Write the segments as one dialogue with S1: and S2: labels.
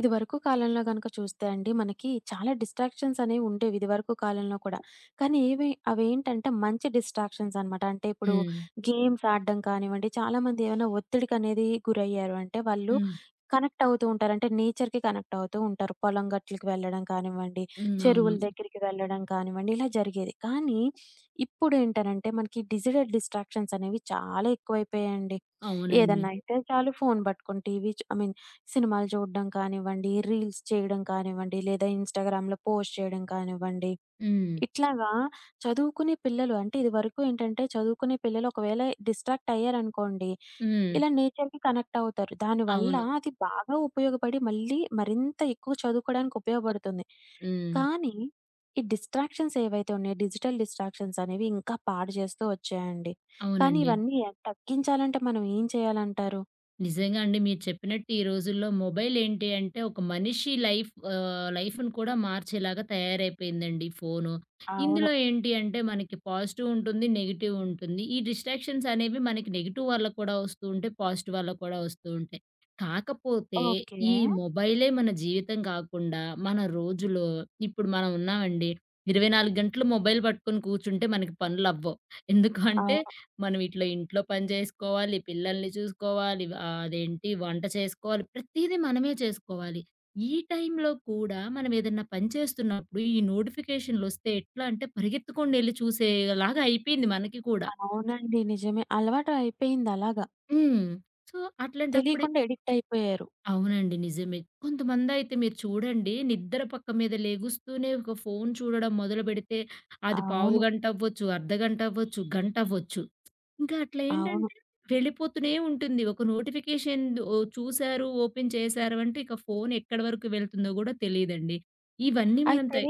S1: ఇదివరకు కాలంలో గనక చూస్తే అండి మనకి చాలా డిస్ట్రాక్షన్స్ అనేవి ఉండేవి ఇదివరకు కాలంలో కూడా. కానీ ఏవి అవేంటంటే మంచి డిస్ట్రాక్షన్స్ అనమాట. అంటే ఇప్పుడు
S2: హ్మ్.
S1: గేమ్స్ ఆడడం కానివ్వండి, చాలామంది ఏమైనా ఒత్తిడికనేది గురయ్యారు అంటే వాళ్ళు
S2: హ్మ్.
S1: కనెక్ట్ అవుతూ ఉంటారు. అంటే నేచర్‌కి కనెక్ట్ అవుతూ ఉంటారు. పొలం గట్లకి వెళ్ళడం కానివ్వండి,
S2: హ్మ్. అవును.
S1: చెరువుల దగ్గరికి వెళ్ళడం కానివ్వండి, ఇలా జరిగేది. కానీ ఇప్పుడేంటనంటే మనకి డిజిటల్ డిస్ట్రాక్షన్స్ అనేవి చాలా ఎక్కువైపోయాయండి.
S2: అవునండి.
S1: ఏదన్నా అయితే చాలు ఫోను పట్టుకొని టీవీ చు ఐ మీన్ సినిమాలు చూడడం కానివ్వండి, రీల్స్ చేయడం కానివ్వండి, లేదా ఇన్‌స్టాగ్రామ్‌లో పోస్ట్ చేయడం కానివ్వండి,
S2: హ్మ్.
S1: ఇట్లాగా చదువుకునే పిల్లలు అంటే ఇదివరకు ఏంటంటే చదువుకునే పిల్లలు ఒకవేళ డిస్ట్రాక్ట్ అయ్యారనుకోండి,
S2: హ్మ్.
S1: ఇలా నేచర్‌కి కనెక్ట్ అవుతారు. దానివల్ల
S2: అవును.
S1: అది బాగా ఉపయోగపడి మళ్ళీ మరింత ఎక్కువ చదువుకోవడానికి ఉపయోగపడుతుంది.
S2: హ్మ్.
S1: కానీ ఈ డిస్ట్రాక్షన్స్ ఏవైతే ఉన్నాయో డిజిటల్ డిస్ట్రాక్షన్స్ అనేవి ఇంకా పాడు చేస్తూ వచ్చాయండి. కానీ
S2: అవునండి.
S1: ఇవన్నీ తగ్గించాలంటే మనం ఏం చేయాలంటారు?
S2: నిజంగా అండి. మీరు చెప్పినట్టు ఈ రోజుల్లో మొబైల్ ఏంటి అంటే ఒక మనిషి లైఫ్‌ని కూడా మార్చేలాగా తయారైపోయిందండి ఫోను.
S1: అవును.
S2: ఇందులో ఏంటి అంటే మనకి పాజిటివ్ ఉంటుంది, నెగెటివ్ ఉంటుంది. ఈ డిస్ట్రాక్షన్స్ అనేవి మనకి నెగెటివ్ వల్ల కూడా వస్తూ ఉంటాయి, పాజిటివ్ వల్ల కూడా వస్తూ ఉంటాయి. కాకపోతే
S1: ఓకే.
S2: ఈ మొబైలే మన జీవితం కాకుండా మన రోజులో ఇప్పుడు మనం ఉన్నామండి. 24 గంటలు మొబైల్ పట్టుకొని కూర్చుంటే మనకి పనులవ్వవు. ఎందుకు అంటే
S1: అవును.
S2: మనం ఇట్లా ఇంట్లో పని జేసుకోవాలి, పిల్లల్ని చూసుకోవాలి, అదేంటి వంట చేసుకోవాలి, ప్రతీదీ మనమే చేసుకోవాలి. ఈ టైంలో కూడా మనం ఏదన్నా పని చేస్తున్నప్పుడు ఈ నోటిఫికేషన్‌లొస్తే ఎట్లా అంటే పరిగెత్తుకొని ఎళ్లి చూసేలాగా అయిపోయింది మనకి కూడా.
S1: అవునండి. నిజమే. అలవాటు అయిపోయింది అలాగా.
S2: హ్మ్. సో, అట్లాంటప్పుడే
S1: తెలియకుండా ఎడిక్ట్ అయిపోయారు.
S2: అవునండి. నిజమే. కొంతమందయితే మీరు చూడండి నిద్ర పక్క మీద లెగుస్తూనే ఒక ఫోను చూడడం మొదలుపెడితే అది
S1: అవును.
S2: పావుగంట అవ్వచ్చు, అర్ధగంట అవ్వచ్చు, గంట అవ్వచ్చు. ఇంకా అట్లా
S1: అవును.
S2: ఏంటంటే వెళ్ళిపోతూనే ఉంటుంది. ఒక నోటిఫికేషన్ ఓ చూసారు, ఓపెన్ చేశారు అంటే ఇక ఫోన్ ఎక్కడి వరకు వెళ్తుందో గూడా తెలీదండి. ఇవన్నీ మనం
S1: అయితే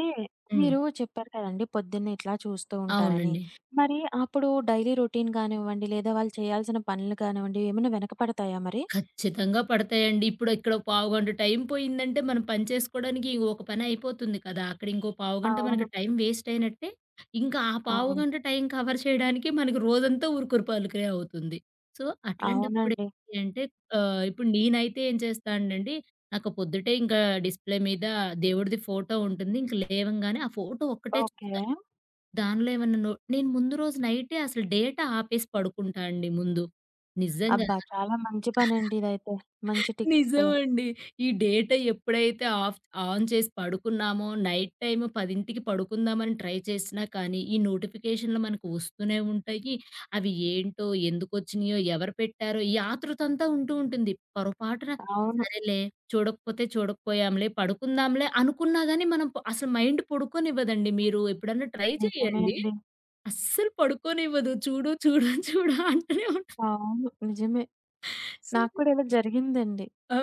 S2: హ్మ్.
S1: మీరు చెప్పారు కదండీ! పొద్దున్నే ఇట్లా చూస్తూ ఉంటారని.
S2: అవునండి.
S1: మరి అప్పుడు డైలీ రొటీన్ కానివ్వండి, లేదా వాళ్ళు చేయాల్సిన పనులు కానివ్వండి, ఏమైనా వెనకపడతాయా మరి?
S2: ఖచ్చితంగా పడతాయండి. ఇప్పుడు ఇక్కడ పావుగంట టైం పోయిందంటే, మనం పని చేసుకోవడానికి ఒక పని అయిపోతుంది కదా! అక్కడ ఇంకో పావుగంట మనకి
S1: అవును.
S2: టైం వేస్ట్ అయినట్టే. ఇంకా ఆ
S1: అవును.
S2: పావుగంట టైం కవర్ చేయడానికి మనకి రోజంతా ఉరుకురు పలుకురే అవుతుంది. సో, అట్లాంటప్పుడు
S1: అవునండి.
S2: ఏంటి అంటే ఇప్పుడు నేనైతే ఏం చేస్తానండి, నాకు పొద్దుటే ఇంకా డిస్‌ప్లే మీద దేవుడిది ఫోటో ఉంటుంది. ఇంక లేవంగానే ఆ ఫోటో ఒక్కటే
S1: ఓకే.
S2: చూస్తాను. దానిలో ఏమన్నా నో నేను ముందు రోజు నైటే అసలు డేటా ఆపేసి పడుకుంటా అండి ముందు. నిజంగా.
S1: అబ్బా! చాలా మంచి పనండి ఇదైతే. మంచి టిప్.
S2: నిజమండి. ఈ డేటా ఎప్పుడైతే ఆన్ చేసి పడుకున్నామో, నైట్ టైమ్ 10కి పడుకుందామని ట్రై చేసినా కానీ, ఈ నోటిఫికేషన్‌లు మనకు వస్తూనే ఉంటాయి. అవి ఏంటో, ఎందుకొచ్చినాయో, ఎవరు పెట్టారో, ఈ ఆతృతంతా ఉంటూ ఉంటుంది. పొరపాటున
S1: అవును.
S2: సరేలే చూడకపోతే చూడకపోయాంలే, పడుకుందాంలే అనుకున్నా గాని మనం అసలు మైండ్ పడుకోనివ్వదండి. మీరు ఎప్పుడన్నా ట్రై
S1: నిజమే
S2: చేయండి.
S1: అండి.
S2: అస్సలు పడుకోనివ్వదు. చూడు, చూడు, చూడు అంటూనే ఉంటది.
S1: అవును. నిజమే.
S2: సో,
S1: నాకు కూడా ఇలా జరిగిందండి.
S2: ఆ!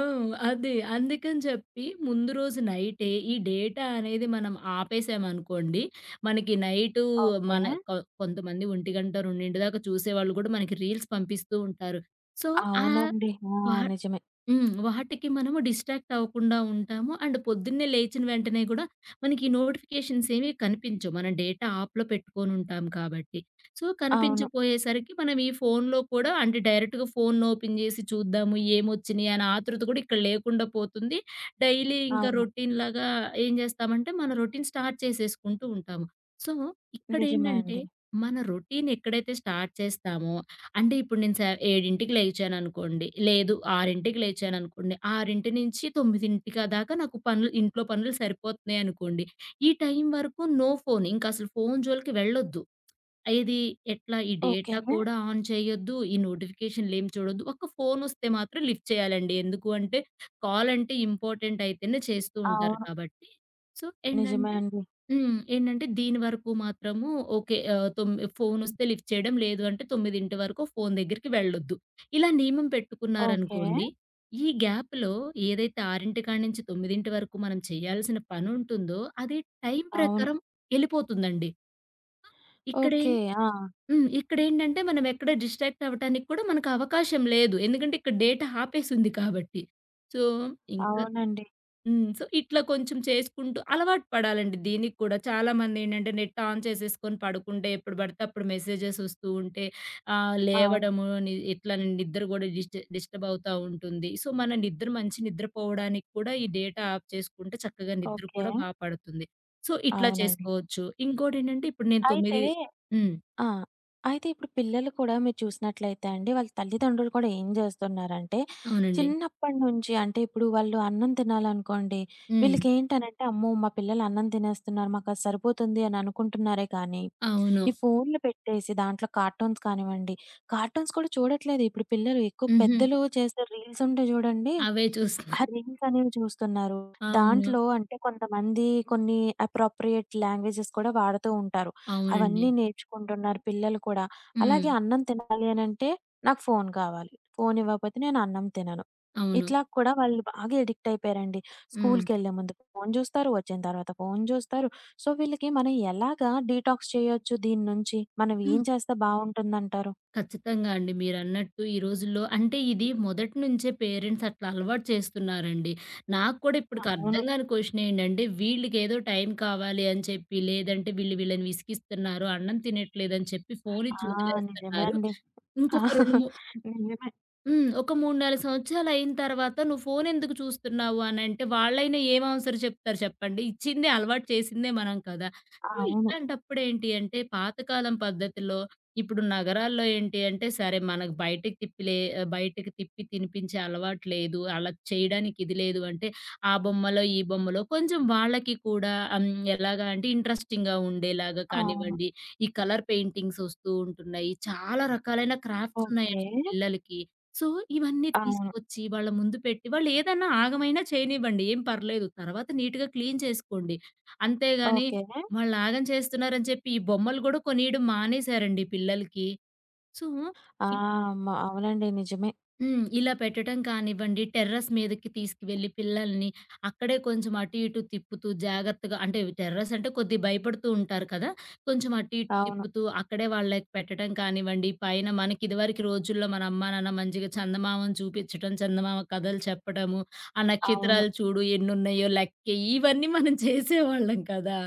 S2: అదే. అందుకని చెప్పి ముందు రోజు నైటే ఈ డేటా అనేది మనం ఆపేసామనుకోండి, మనకి నైటు
S1: ఓకే.
S2: మన కొ కొంతమంది 1:00, 2:00 దాకా చూసేవాళ్ళు గూడా మనకి రీల్స్ పంపిస్తూ ఉంటారు. సో, ఆహ్,
S1: అవునండి.
S2: వా
S1: ఆ! నిజమే.
S2: హ్మ్. వాటికి మనము డిస్ట్రాక్ట్ అవ్వకుండా ఉంటాము. అండ్ పొద్దున్నే లేచిన వెంటనే గూడా మనకి నోటిఫికేషన్స్ ఏవి కనిపించవు. మనం డేటా ఆఫ్‌లో పెట్టుకొనుంటాం కాబట్టి. సో,
S1: అవును.
S2: కనిపించపోయేసరికి మనం ఈ ఫోన్‌లో కూడా అంటే డైరెక్ట్‌గా ఫోన్ ఓపెన్ జేసి చూద్దాము ఏమొచ్చినియి అనే ఆతృత గూడా ఇక్కడ లేకుండా పోతుంది. డైలీ ఇంకా
S1: అవును.
S2: రొటీన్‌లాగా ఏం జేస్తామంటే మన రొటీన్ స్టార్ట్ చేసేసుకుంటూ ఉంటాము. సో,
S1: నిజమే
S2: ఇక్కడేంటంటే
S1: అండి.
S2: మన రొటీన్ ఎక్కడైతే స్టార్ట్ చేస్తామో అంటే ఇప్పుడు నేను 7కి లేచాననుకోండి, లేదు 6కి లేచాననుకోండి, 6 నుంచి 9 దాకా నాకు పనులు ఇంట్లో పనులు సరిపోతున్నాయనుకోండి. ఈ టైం వరకు నో ఫోన్. ఇంకసలు ఫోను జోలికి వెళ్ళొద్దు. ఏది ఎట్లా ఈ
S1: ఓకే.
S2: డేటా కూడా ఆన్ చేయొద్దు. ఈ నోటిఫికేషన్‌లేమి చూడొద్దు. ఒక్క ఫోనొస్తే మాత్రం లిఫ్ట్ చేయాలండి. ఎందుకు అంటే కాల్ అంటే ఇంపార్టెంట్ అయితేనే చేస్తూ ఉంటారు
S1: అవును.
S2: కాబట్టి. సో,
S1: నిజమే
S2: ఏంటంటే
S1: అండి.
S2: హ్మ్. ఏంటంటే దీని వరకు మాత్రము ఓకే. ఆహ్, తొమ్ ఫోనొస్తే లిఫ్ట్ చేయడం. లేదు అంటే 9:00 వరకు ఫోను దగ్గరికి వెళ్ళొద్దు. ఇలా నియమం
S1: ఓకే.
S2: పెట్టుకున్నారనుకోండి. ఈ గ్యాప్‌లో ఏదైతే 6 కాడ నుంచి 9 వరకు మనం చేయాల్సిన పనుంటుందో అది టైం
S1: అవును.
S2: ప్రకారం ఎళ్ళిపోతుందండి. ఇక్కడేం
S1: ఓకే. ఆ!
S2: హ్మ్. ఇక్కడేంటంటే మనం ఎక్కడ డిస్ట్రాక్ట్ అవ్వటానికి కూడా మనకు అవకాశం లేదు. ఎందుకంటే ఇక్కడ డేటా ఆపేసుంది కాబట్టి. సో, ఇంకా
S1: అవునండి.
S2: హ్మ్. సో, ఇట్లా కొంచెం చేసుకుంటూ అలవాటు పడాలండి దీనికి కూడా. చాలామందేంటంటే నెట్ ఆన్ చేసేసుకొని పడుకుంటే ఎప్పుడు పడితే అప్పుడు మెసేజెస్ వస్తూ ఉంటే
S1: అవును.
S2: లేవడము ఇట్లా నిద్ర గూడా డిస్టర్బ్ అవుతా ఉంటుంది. సో, మన నిద్ర మంచి నిద్రపోవడానికి కూడా ఈ డేటా ఆఫ్ చేసుకుంటే చక్కగా నిద్ర
S1: ఓకే.
S2: కూడా బా పడుతుంది. సో, ఇట్లా
S1: అవునండి.
S2: చేసుకోవచ్చు. ఇంకోటేంటంటే ఇప్పుడు నేను
S1: అయితే
S2: 9 హ్మ్.
S1: ఆ! అయితే ఇప్పుడు పిల్లలు కూడా మీరు చూసినట్లయితే అండి, వాళ్ళ తల్లిదండ్రులు కూడా ఏం జేస్తున్నారంటే,
S2: అవునండి.
S1: చిన్నప్పటి నుంచి అంటే ఇప్పుడు వాళ్ళు అన్నం తినాలనుకోండి,
S2: హ్మ్.
S1: వీళ్ళకేంటనంటే, అమ్మో! మా పిల్లలు అన్నం తినేస్తున్నారు, మాకది సరిపోతుంది అని అనుకుంటున్నారే కానీ
S2: అవును.
S1: ఈ ఫోన్‌లు పెట్టేసి దాంట్లో కార్టూన్స్ కానివ్వండి, కార్టూన్స్ కూడా చూడట్లేదు ఇప్పుడు పిల్లలు. ఎక్కువ
S2: హుహు.
S1: పెద్దలు చేసే రీల్స్ ఉంటాయి చూడండి.
S2: అవే చూస్తున్నా.
S1: ఆ రీల్స్ అనేవి చూస్తున్నారు.
S2: అవును.
S1: దాంట్లో అంటే కొంతమంది కొన్ని అప్రోప్రియేట్ లాంగ్వేజెస్ కూడా వాడుతూ ఉంటారు.
S2: అవునండి.
S1: అవన్నీ నేర్చుకుంటున్నారు పిల్లలు కూడా.
S2: హ్మ్.
S1: అలాగే అన్నం తినాలి అనంటే నాకు ఫోను కావాలి. ఫోను ఇవ్వకపోతే నేను అన్నం తినను.
S2: అవును.
S1: ఇట్లా కూడా వాళ్ళు బాగా ఎడిక్ట్ అయిపోయారండి.
S2: హ్మ్.
S1: స్కూలుకెళ్ళే ముందు ఫోను చూస్తారు, వచ్చిన తర్వాత ఫోను చూస్తారు. సో, వీళ్ళకి మనం ఎలాగా డీటాక్స్ చేయొచ్చు దీని నుంచి? మనం ఏం
S2: హ్మ్.
S1: చేస్తే బావుంటుందంటారు?
S2: ఖచ్చితంగా అండి. మీరన్నట్టు ఈ రోజుల్లో అంటే ఇది మొదటి నుంచే పేరెంట్స్ అట్లా అలవాటు చేస్తున్నారండి. నాకు కూడా ఇప్పటికి
S1: అవును.
S2: అర్థం కాని క్వెషన్ ఏంటంటే వీళ్ళకేదో టైం కావాలి అని చెప్పి, లేదంటే వీళ్ళు వీళ్ళని విసిగిస్తున్నారు, అన్నం తినట్లేదని చెప్పి
S1: ఆ!
S2: ఫోనిచ్చి
S1: నిజమే
S2: వదిలేస్తున్నారు.
S1: అండి. ఆ!
S2: ఇంకొక 2, 3
S1: నిజమే.
S2: హ్మ్. ఒక 3, 4 సంవత్సరాలయిన తర్వాత నువ్వు ఫోనెందుకు చూస్తున్నావు అనంటే, వాళ్ళైనా ఏం ఆన్సర్ చెప్తారు చెప్పండి? ఇచ్చిందే అలవాటు చేసిందే మనం కదా! సో,
S1: అవును.
S2: ఇట్లాంటప్పుడేంటి అంటే, పాతకాలం పద్ధతిలో ఇప్పుడు నగరాల్లో ఏంటి అంటే, సరే మనకు బయటకి తిప్పి తినిపించే అలవాటు లేదు. అలా చేయడానికి ఇది లేదు అంటే, ఆ బొమ్మలో, ఈ బొమ్మలో కొంచెం వాళ్ళకి కూడా ఎలాగా అంటే ఇంట్రెస్టింగ్‌గా ఉండేలాగా
S1: అవును.
S2: కానివ్వండి, ఈ కలర్ పెయింటింగ్స్ ఒస్తూ ఉంటున్నాయి. చాలా రకాలైన క్రాఫ్ట్స్
S1: ఓకే.
S2: ఉన్నాయండి పిల్లలకి. సో, ఇవన్నీ
S1: అవును.
S2: తీసుకొచ్చి వాళ్ళ ముందు పెట్టి వాళ్ళేదన్నా ఆగమైనా చేయనివ్వండి. ఏం పర్లేదు. తర్వాత నీట్‌గా క్లీన్ చేసుకోండి. అంతేగాని
S1: ఓకే.
S2: వాళ్ళాగం చేస్తున్నారని చెప్పి ఈ బొమ్మలు గూడా కొనియడం మానేశారండి పిల్లలకి. సో
S1: ఆ! మ అవునండి. నిజమే.
S2: హ్మ్. ఇలా పెట్టటం కానివ్వండి, టెర్రస్ మీదకి తీసుకువెళ్ళి పిల్లల్ని అక్కడే కొంచెం అటు ఇటు తిప్పుతూ జాగ్రత్తగా అంటే టెర్రస్ అంటే కొద్దిగా భయపడుతూ ఉంటారు కదా! కొంచెం అటు ఇటు
S1: అవును.
S2: తిప్పుతూ అక్కడే వాళ్ళకి పెట్టడం కానివ్వండి, పైన మనకి ఇదివరకు రోజుల్లో మన అమ్మా నాన్న మంచిగా చందమామను చూపించటం, చందమామ కథలు చెప్పడము, ఆ
S1: అవును.
S2: నక్షత్రాలు చూడు ఎన్నున్నాయో లెక్కెయ్యి ఇవన్నీ మనం చేసేవాళ్ళం కదా!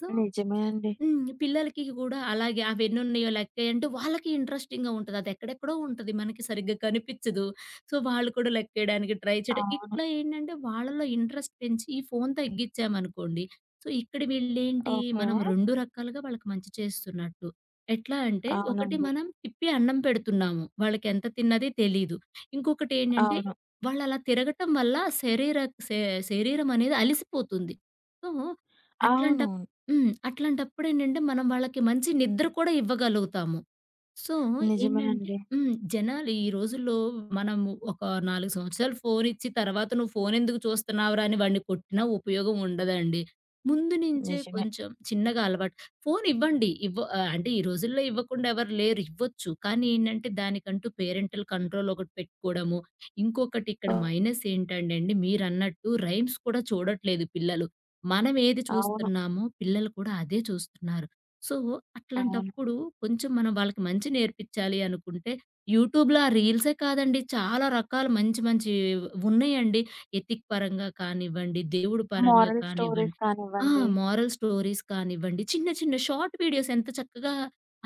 S2: సో
S1: నిజమే అండి.
S2: హ్మ్. పిల్లలకి గూడా అలాగే అవెన్నున్నాయో, లెక్కేయంటే వాళ్ళకి ఇంట్రెస్టింగ్‌గా ఉంటది. అదెక్కడెక్కడో ఉంటది. మనకి సరిగ్గా కనిపిచ్చదు. సో, వాళ్ళు కూడా లెక్కేయడానికి ట్రై చేయడం.
S1: అవును.
S2: ఇట్లా ఏంటంటే, వాళ్ళలో ఇంట్రెస్ట్ పెంచి ఈ ఫోను తగ్గిచ్చామనుకోండి, సో, ఇక్కడ వీళ్ళేంటి,
S1: ఓకే.
S2: మనం 2 రకాలుగా వాళ్ళకి మంచి చేస్తున్నట్టు. ఎట్లా అంటే, ఒకటి
S1: అవునండి.
S2: మనం తిప్పి అన్నం పెడుతున్నాము. వాళ్ళకెంత తిన్నది తెలీదు. ఇంకొకటేంటంటే,
S1: అవును.
S2: వాళ్ళలా తిరగటం వల్ల శరీర శే శరీరమనేది అలిసిపోతుంది. సో,
S1: అవును.
S2: అట్లాంటప్పుడు హ్మ్. అట్లాంటప్పుడేంటంటే, మనం వాళ్ళకి మంచి నిద్ర కూడా ఇవ్వగలుగుతాము. సో,
S1: నిజమే
S2: ఏంటంటే
S1: అండి.
S2: హ్మ్. జనాలు ఈ రోజుల్లో మనము ఒక 4 సంవత్సరాలు ఫోనిచ్చి తర్వాత "నువ్వు ఫోనెందుకు చూస్తున్నావురా" అని వాడిని కొట్టినా ఉపయోగం ఉండదండి. ముందు నుంచే
S1: నిజమే.
S2: కొంచెం చిన్నగా అలవాటు ఫోను ఇవ్వండి. అంటే ఈ రోజుల్లో ఇవ్వకుండా ఎవరు లేరు. ఇవ్వచ్చు. కానీ ఏంటంటే దానికంటూ పేరెంటల్ కంట్రోల్ ఒకటి పెట్టుకోవడము. ఇంకొకటి ఇక్కడ మైనస్ ఏంటంటే అండి మీరన్నట్టు రైమ్స్ కూడా చూడట్లేదు పిల్లలు. మనం ఏది
S1: అవును.
S2: చూస్తున్నామో పిల్లలు కూడా అదే చూస్తున్నారు. సో,
S1: అవును.
S2: అట్లాంటప్పుడు కొంచెం మనం వాళ్ళకి మంచి నేర్పిచ్చాలి అనుకుంటే, యూట్యూబ్‌లో ఆ రీల్సే కాదండి. చాలా రకాల మంచి మంచివి ఉన్నాయండి. ఎథిక్ పరంగా కానివ్వండి, దేవుడు పరంగా
S1: మోరల్ స్టోరీస్
S2: కానివ్వండి, ఆ!
S1: కానివ్వండి.
S2: మోరల్ స్టోరీస్ కానివ్వండి, చిన్న చిన్న షార్ట్ వీడియోస్ ఎంత చక్కగా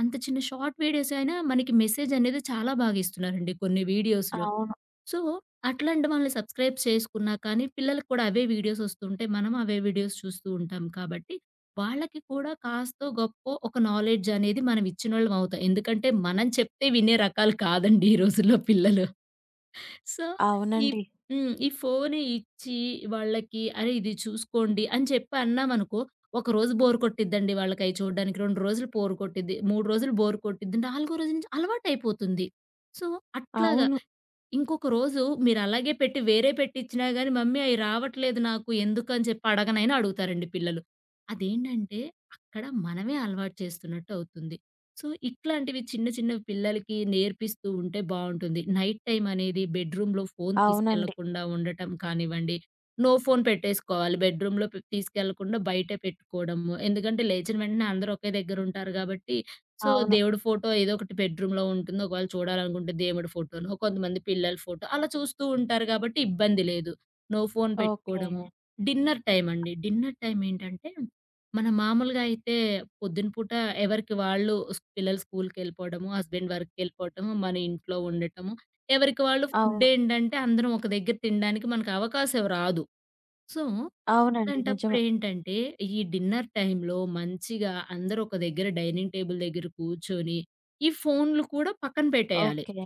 S2: అంత చిన్న షార్ట్ వీడియోస్ అయినా మనకి మెసేజ్ అనేది చాలా బాగా ఇస్తున్నారండి కొన్ని వీడియోస్‌లో.
S1: అవును.
S2: సో, అట్లాంటి మనల్ని సబ్‌స్క్రైబ్ చేసుకున్నా కానీ, పిల్లలకి కూడా అవే వీడియోస్ వస్తుంటాయి. మనం అవే వీడియోస్ చూస్తూ ఉంటాం కాబట్టి, వాళ్ళకి కూడా కాస్తో గొప్పో ఒక నాలెడ్జ్ అనేది మనం ఇచ్చినోళ్ళం అవుతాం. ఎందుకంటే, మనం చెప్తే వినే రకాలు కాదండి ఈ రోజుల్లో పిల్లలు. సో, ఈ
S1: అవునండి.
S2: హ్మ్. ఈ ఫోను ఇచ్చి వాళ్ళకి అరే! ఇది చూసుకోండి అని చెప్పి అన్నామనుకో, ఒకరోజు బోర్ కొట్టిద్దండి వాళ్ళకయి చూడడానికి. 2 రోజులు బోర్ కొట్టిద్ది. 3 రోజులు బోర్ కొట్టిద్ది. 4 రోజు నుంచి అలవాటయిపోతుంది. సో, అట్లాగ
S1: అవును.
S2: ఇంకొక రోజు మీరలాగే పెట్టి వేరే పెట్టిచ్చినా గాని, "మమ్మీ అయి రావట్లేదు నాకు ఎందుకని" చెప్పి అడగనైనా అడుగుతారండి పిల్లలు. అదేంటంటే, అక్కడ మనమే అలవాటు చేస్తున్నట్టు అవుతుంది. సో, ఇట్లాంటివి చిన్న చిన్నవి పిల్లలకి నేర్పిస్తూ ఉంటే బావుంటుంది. నైట్ టైమ్ అనేది బెడ్‌రూమ్‌లో ఫోను
S1: అవునండి.
S2: తీసుకెళ్లకుండా ఉండటం కానివ్వండి, నో ఫోను పెట్టేసుకోవాలి. బెడ్‌రూమ్‌లో తీసుకెళ్లకుండా బయటే పెట్టుకోవడము. ఎందుకంటే, లేచిన వెంటనే అందరూ ఒకే దగ్గరుంటారు గాబట్టి, సో,
S1: అవును.
S2: దేవుడి ఫోటో ఏదో ఒకటి బెడ్‌రూమ్‌లో ఉంటుంది. ఒకవేళ చూడాలనుకుంటే దేవుడి ఫోటోనో, కొంతమంది పిల్లల ఫోటో అలా చూస్తూ ఉంటారు కాబట్టి ఇబ్బంది లేదు. No phone
S1: okay.
S2: పెట్టుకోవడము. డిన్నర్ టైమ్ అండి. డిన్నర్ టైమ్ ఏంటంటే, మనం మామూలుగా అయితే పొద్దున పూట ఎవరికి వాళ్ళు పిల్లలు స్కూల్‌కెళ్ళిపోవడము, హస్బెండ్ వర్క్‌కెళ్ళిపోవటము, మన ఇంట్లో ఉండటము. ఎవరికి వాళ్ళు ఫుడ్
S1: అవును.
S2: ఏంటంటే అందరం ఒక దగ్గర తినడానికి మనకు అవకాశం రాదు. సో
S1: అవునండి. నిజమే.
S2: అలాంటప్పుడేంటంటే, ఈ డిన్నర్ టైమ్‌లో మంచిగా అందరూ ఒక దగ్గర డైనింగ్ టేబుల్ దగ్గర కూర్చొని, ఈ ఫోన్‌లు కూడా పక్కన పెట్టేయాలి.
S1: ఓకే.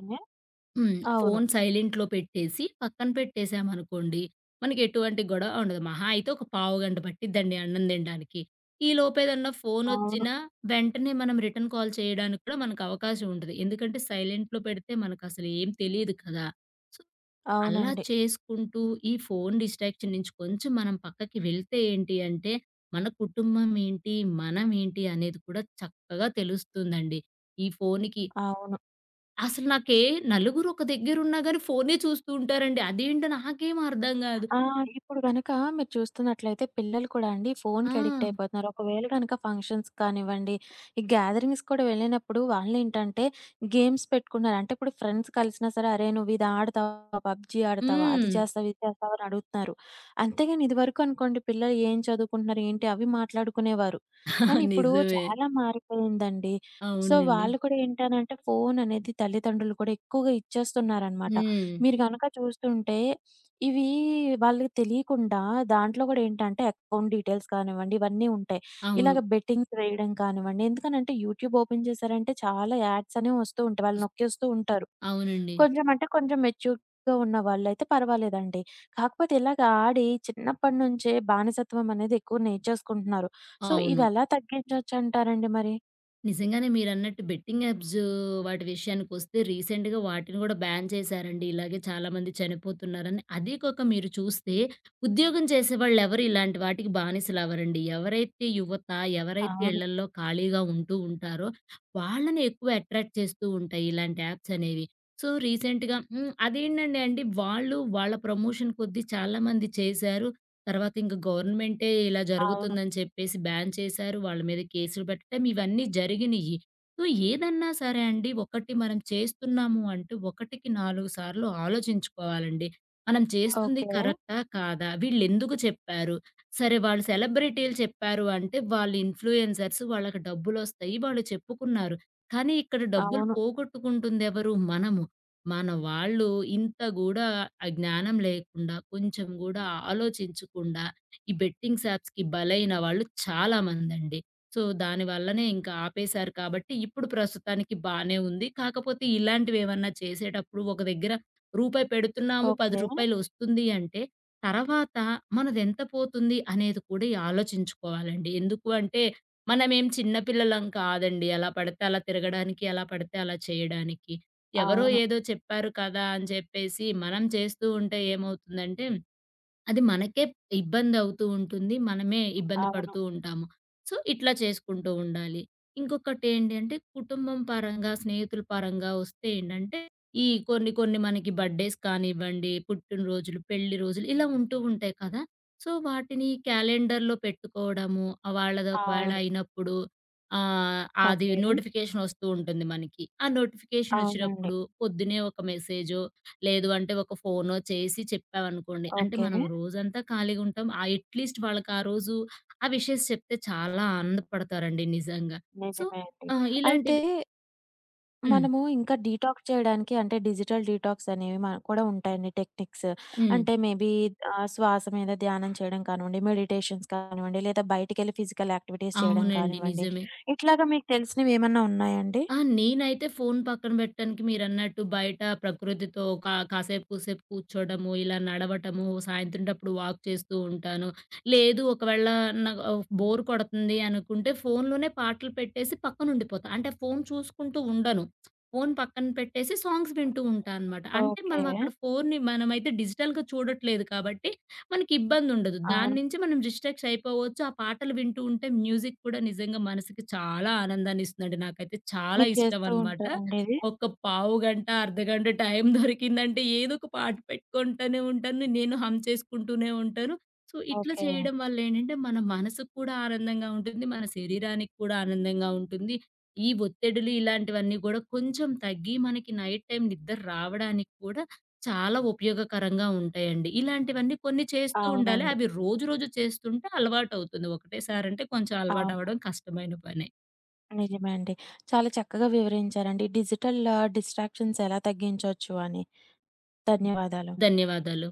S2: హ్మ్.
S1: అవును.
S2: ఫోన్ సైలెంట్‌లో పెట్టేసి, పక్కన పెట్టేసామనుకోండి, మనకి ఎటువంటి గొడవ ఉండదు. మహా అయితే ఒక పావుగంట పట్టిద్దండి అన్నం తినడానికి. ఈలోపేదన్నా
S1: అవును.
S2: ఫోనొచ్చినా, వెంటనే మనం రిటర్న్ కాల్ చేయడానికి కూడా మనకు అవకాశం ఉంటది. ఎందుకంటే, సైలెంట్‌లో పెడితే మనకసలు ఏం తెలీదు కదా! అలా
S1: అవునండి.
S2: చేసుకుంటూ ఈ ఫోను డిస్ట్రాక్షన్ నుంచి కొంచెం మనం పక్కకి వెళ్తే ఏంటి అంటే, మన కుటుంబం ఏంటి, మనం ఏంటి అనేది కూడా చక్కగా తెలుస్తుందండి. ఈ ఫోనుకి
S1: అవును.
S2: అసలు నాకే నలుగురు ఒక దగ్గరున్నా గాని ఫోనే చూస్తూ ఉంటారండి. అదేంటో నాకేం అర్థం గాదు.
S1: ఆ! ఇప్పుడు గనక మీరు చూస్తున్నట్లయితే పిల్లలు కూడా అండి
S2: ఆ!
S1: ఫోన్‌కి అడిక్ట్ అయిపోతున్నారు. ఒకవేళ గనక ఫంక్షన్స్ కానివ్వండి, ఈ గ్యాదరింగ్స్ కూడా వెళ్ళినప్పుడు వాళ్ళేంటంటే గేమ్స్ పెట్టుకున్నారు. అంటే ఇప్పుడు ఫ్రెండ్స్ కలిసినా సరే, "అరేయ్! నువ్వు ఇది ఆడతావా? పబ్‌జీ ఆడతావా?
S2: హ్మ్.
S1: అది చేస్తావా? ఇది చేస్తావా?" అని అడుగుతున్నారు. అంతేగాని ఇదివరకు అనుకోండి పిల్లలు ఏం చదువుకుంటున్నారు, ఏంటి అవి మాట్లాడుకునేవారు. కానీ ఇప్పుడు
S2: నిజమే.
S1: చాలా మారిపోయిందండి. సో,
S2: అవునండి.
S1: వాళ్ళు కూడా ఏంటనంటే ఫోన్ అనేది తల్లిదండ్రులు కూడా ఎక్కువగా ఇచ్చేస్తున్నారనమాట.
S2: హ్మ్.
S1: మీరు గనక చూస్తుంటే ఇవీ వాళ్ళకి తెలియకుండా దాంట్లో గూడా ఏంటంటే, అకౌంట్ డీటెయిల్స్ కానివ్వండి, ఇవన్నీ ఉంటాయి.
S2: అవును.
S1: ఇలాగ బెట్టింగ్స్ వేయడం కానివ్వండి, ఎందుకనంటే యూట్యూబ్ ఓపెన్ చేశారంటే చాలా యాడ్స్ అనేవి వస్తూ ఉంటాయి. వాళ్ళు నొక్కేస్తూ ఉంటారు.
S2: అవునండి.
S1: కొంచెం అంటే కొంచెం మెచ్యూర్డ్‌గా ఉన్న వాళ్ళైతే పర్వాలేదండి. కాకపోతే ఇలాగ ఆడి చిన్నప్పటి నుంచే బానిసత్వం అనేది ఎక్కువ నేర్చేసుకుంటున్నారు. సో,
S2: అవును.
S1: ఇవెలా తగ్గించొచ్చంటారండి మరి?
S2: నిజంగానే మీరన్నట్టు బెట్టింగ్ యాప్స్ వాటి విషయానికొస్తే రీసెంట్‌గా వాటిని గూడా బ్యాన్ చేశారండి. ఇలాగే చాలామంది చనిపోతున్నారని. అదీ కాక మీరు చూస్తే ఉద్యోగం చేసేవాళ్ళెవరు ఇలాంటి వాటికి బానిసలవ్వరండి. ఎవరైతే యువత, ఎవరైతే
S1: అవును.
S2: ఇళ్లల్లో ఖాళీగా ఉంటూ ఉంటారో వాళ్ళని ఎక్కువ అట్రాక్ట్ చేస్తూ ఉంటాయి ఇలాంటి యాప్స్ అనేవి. సో, రీసెంట్‌గా అదేంటండి అండి వాళ్ళు వాళ్ళ ప్రమోషన్ కొద్దీ చాలామంది చేశారు. తర్వాత ఇంక గవర్నమెంటే ఇలా
S1: అవును.
S2: జరుగుతుందని చెప్పేసి బ్యాన్ చేశారు. వాళ్ళ మీద కేసులు పెట్టడం ఇవన్నీ జరిగినియి. సో, ఏదన్నా సరే అండి ఒకటి మనం చేస్తున్నాము అంటే ఒకటికి 4 సార్లు ఆలోచించుకోవాలండి. మనం చేస్తుంది
S1: ఓకే.
S2: కరెక్టా? కాదా? వీళ్ళెందుకు చెప్పారు? సరే వాళ్ళు సెలబ్రిటీలు చెప్పారు అంటే వాళ్ళు ఇన్‌ఫ్లుయెన్సర్స్ వాళ్ళకి డబ్బులొస్తాయి. వాళ్ళు చెప్పుకున్నారు. కానీ ఇక్కడ డబ్బులు
S1: అవును.
S2: పోగొట్టుకుంటుందెవరు? మనము. మన వాళ్ళు ఇంత గూడా ఆ జ్ఞానం లేకుండా, కొంచెం గూడా ఆలోచించకుండా ఈ బెట్టింగ్స్ యాప్స్‌కి బలైన వాళ్ళు చాలామందండి. సో, దాని వల్లనే ఇంకా ఆపేశారు కాబట్టి ఇప్పుడు ప్రస్తుతానికి బానే ఉంది. కాకపోతే ఇలాంటివేమన్నా చేసేటప్పుడు ఒక దగ్గర రూపాయి పెడుతున్నాము,
S1: ఓకే.
S2: రూ. 10 వస్తుంది అంటే తర్వాత మనదెంత పోతుంది అనేది కూడా ఆలోచించుకోవాలండి. ఎందుకు అంటే మనమేం చిన్న పిల్లలం కాదండి. ఎలా పడితే అలా తిరగడానికి, ఎలా పడితే అలా చేయడానికి. ఎవరో
S1: అవును.
S2: ఏదో చెప్పారు కదా అని చెప్పేసి మనం చేస్తూ ఉంటే ఏమవుతుందంటే, అది మనకే ఇబ్బందవుతూ ఉంటుంది. మనమే ఇబ్బంది
S1: అవును.
S2: పడుతూ ఉంటాము. సో, ఇట్లా చేసుకుంటూ ఉండాలి. ఇంకొకటేంటి అంటే కుటుంబం పరంగా, స్నేహితుల పరంగా వస్తే ఏంటంటే, ఈ కొన్ని కొన్ని మనకి బర్త్‌డేస్ కానివ్వండి, పుట్టినరోజులు, పెళ్లి రోజులు ఇలా ఉంటూ ఉంటాయి కదా! సో, వాటిని క్యాలెండర్‌లో పెట్టుకోవడము, ఆ వాళ్ళది ఒకవేళ
S1: అవును.
S2: అయినప్పుడు అది
S1: ఓకే.
S2: నోటిఫికేషన్ వస్తూ ఉంటుంది మనకి. ఆ నోటిఫికేషన్
S1: అవునండి.
S2: వచ్చినప్పుడు పొద్దున్నే ఒక మెసేజో, లేదు అంటే ఒక ఫోనో చేసి చెప్పామనుకోండి, అంటే
S1: ఓకే.
S2: మనం రోజంతా ఖాళీగా ఉంటాం. ఆ అట్‌లీస్ట్ వాళ్ళకి ఆ రోజు ఆ విషెస్ చెప్తే చాలా ఆనందపడతారండి నిజంగా. సో,
S1: నిజమే అండి. అయితే
S2: ఇలాంటివి హ్మ్.
S1: మనము ఇంకా డీటాక్స్ చేయడానికి అంటే డిజిటల్ డీటాక్స్ అనేవి మన కూడా ఉంటాయండి టెక్నిక్స్.
S2: హ్మ్.
S1: అంటే మేబీ శ్వాస మీద ధ్యానం చేయడం కానివ్వండి, మెడిటేషన్స్ కానివ్వండి, లేదా బయటికెళ్ళి ఫిజికల్ యాక్టివిటీస్ చేయడం
S2: అవునండి.
S1: కానివ్వండి.
S2: నిజమే.
S1: ఇట్లాగా మీకు తెలిసినవి ఏమన్నా ఉన్నాయండి?
S2: ఆ! నేనైతే ఫోను పక్కన పెట్టడానికి మీరన్నట్టు బయట ప్రకృతితో కాసేపు కూసేపు కూర్చోడము, ఇలా నడవటము, సాయంత్రం టప్పుడు వాక్ చేస్తూ ఉంటాను. లేదు ఒకవేళ నాకు బోర్ కొడుతుంది అనుకుంటే ఫోనులోనే పాటలు పెట్టేసి పక్కనుండిపోతా. అంటే ఫోను చూసుకుంటూ ఉండను. ఫోను పక్కన పెట్టేసి సాంగ్స్ వింటూ ఉంటా అనమాట. అంటే
S1: ఓకే.
S2: మనం అక్కడ ఫోనుని మనమైతే డిజిటల్‌గా చూడట్లేదు కాబట్టి మనకిబ్బందుండదు. దాని
S1: అవును.
S2: నుంచి మనం డిస్ట్రాక్ట్స్ అయిపోవచ్చు. ఆ పాటలు వింటూ ఉంటే మ్యూజిక్ కూడా నిజంగా మనసుకి చాలా ఆనందాన్నిస్తుందండి. నాకైతే చాలా
S1: మీరు చేస్తూ
S2: ఇష్టమనమాట.
S1: ఉంటారండి ఇది?
S2: ఒక పావుగంట, అర్ధగంట టైం దొరికిందంటే ఏదో ఒక పాట పెట్టుకుంటూనే ఉంటాను. నేను హమ్ చేసుకుంటూనే ఉంటాను. సో, ఇట్లా
S1: ఓకే.
S2: చేయడం వల్లేంటంటే మన మనసుకు కూడా ఆనందంగా ఉంటుంది. మన శరీరానికి కూడా ఆనందంగా ఉంటుంది. ఈ ఒత్తిడులు ఇలాంటివన్నీ గూడా కొంచెం తగ్గి మనకి నైట్ టైమ్ నిద్ర రావడానికి కూడా చాలా ఉపయోగకరంగా ఉంటాయండి. ఇలాంటివన్నీ కొన్ని చేస్తూ ఉండాలి.
S1: అవునండి.
S2: అవి రోజు రోజు చేస్తుంటే అలవాటవుతుంది. ఒకటేసారంటే కొంచెం
S1: అవును.
S2: అలవాటవ్వడం కష్టమైన పనే.
S1: నిజమే అండి. చాలా చక్కగా వివరించారండి. డిజిటల్ డిస్ట్రాక్షన్స్ ఎలా తగ్గించొచ్చు అని. ధన్యవాదాలు.
S2: ధన్యవాదాలు.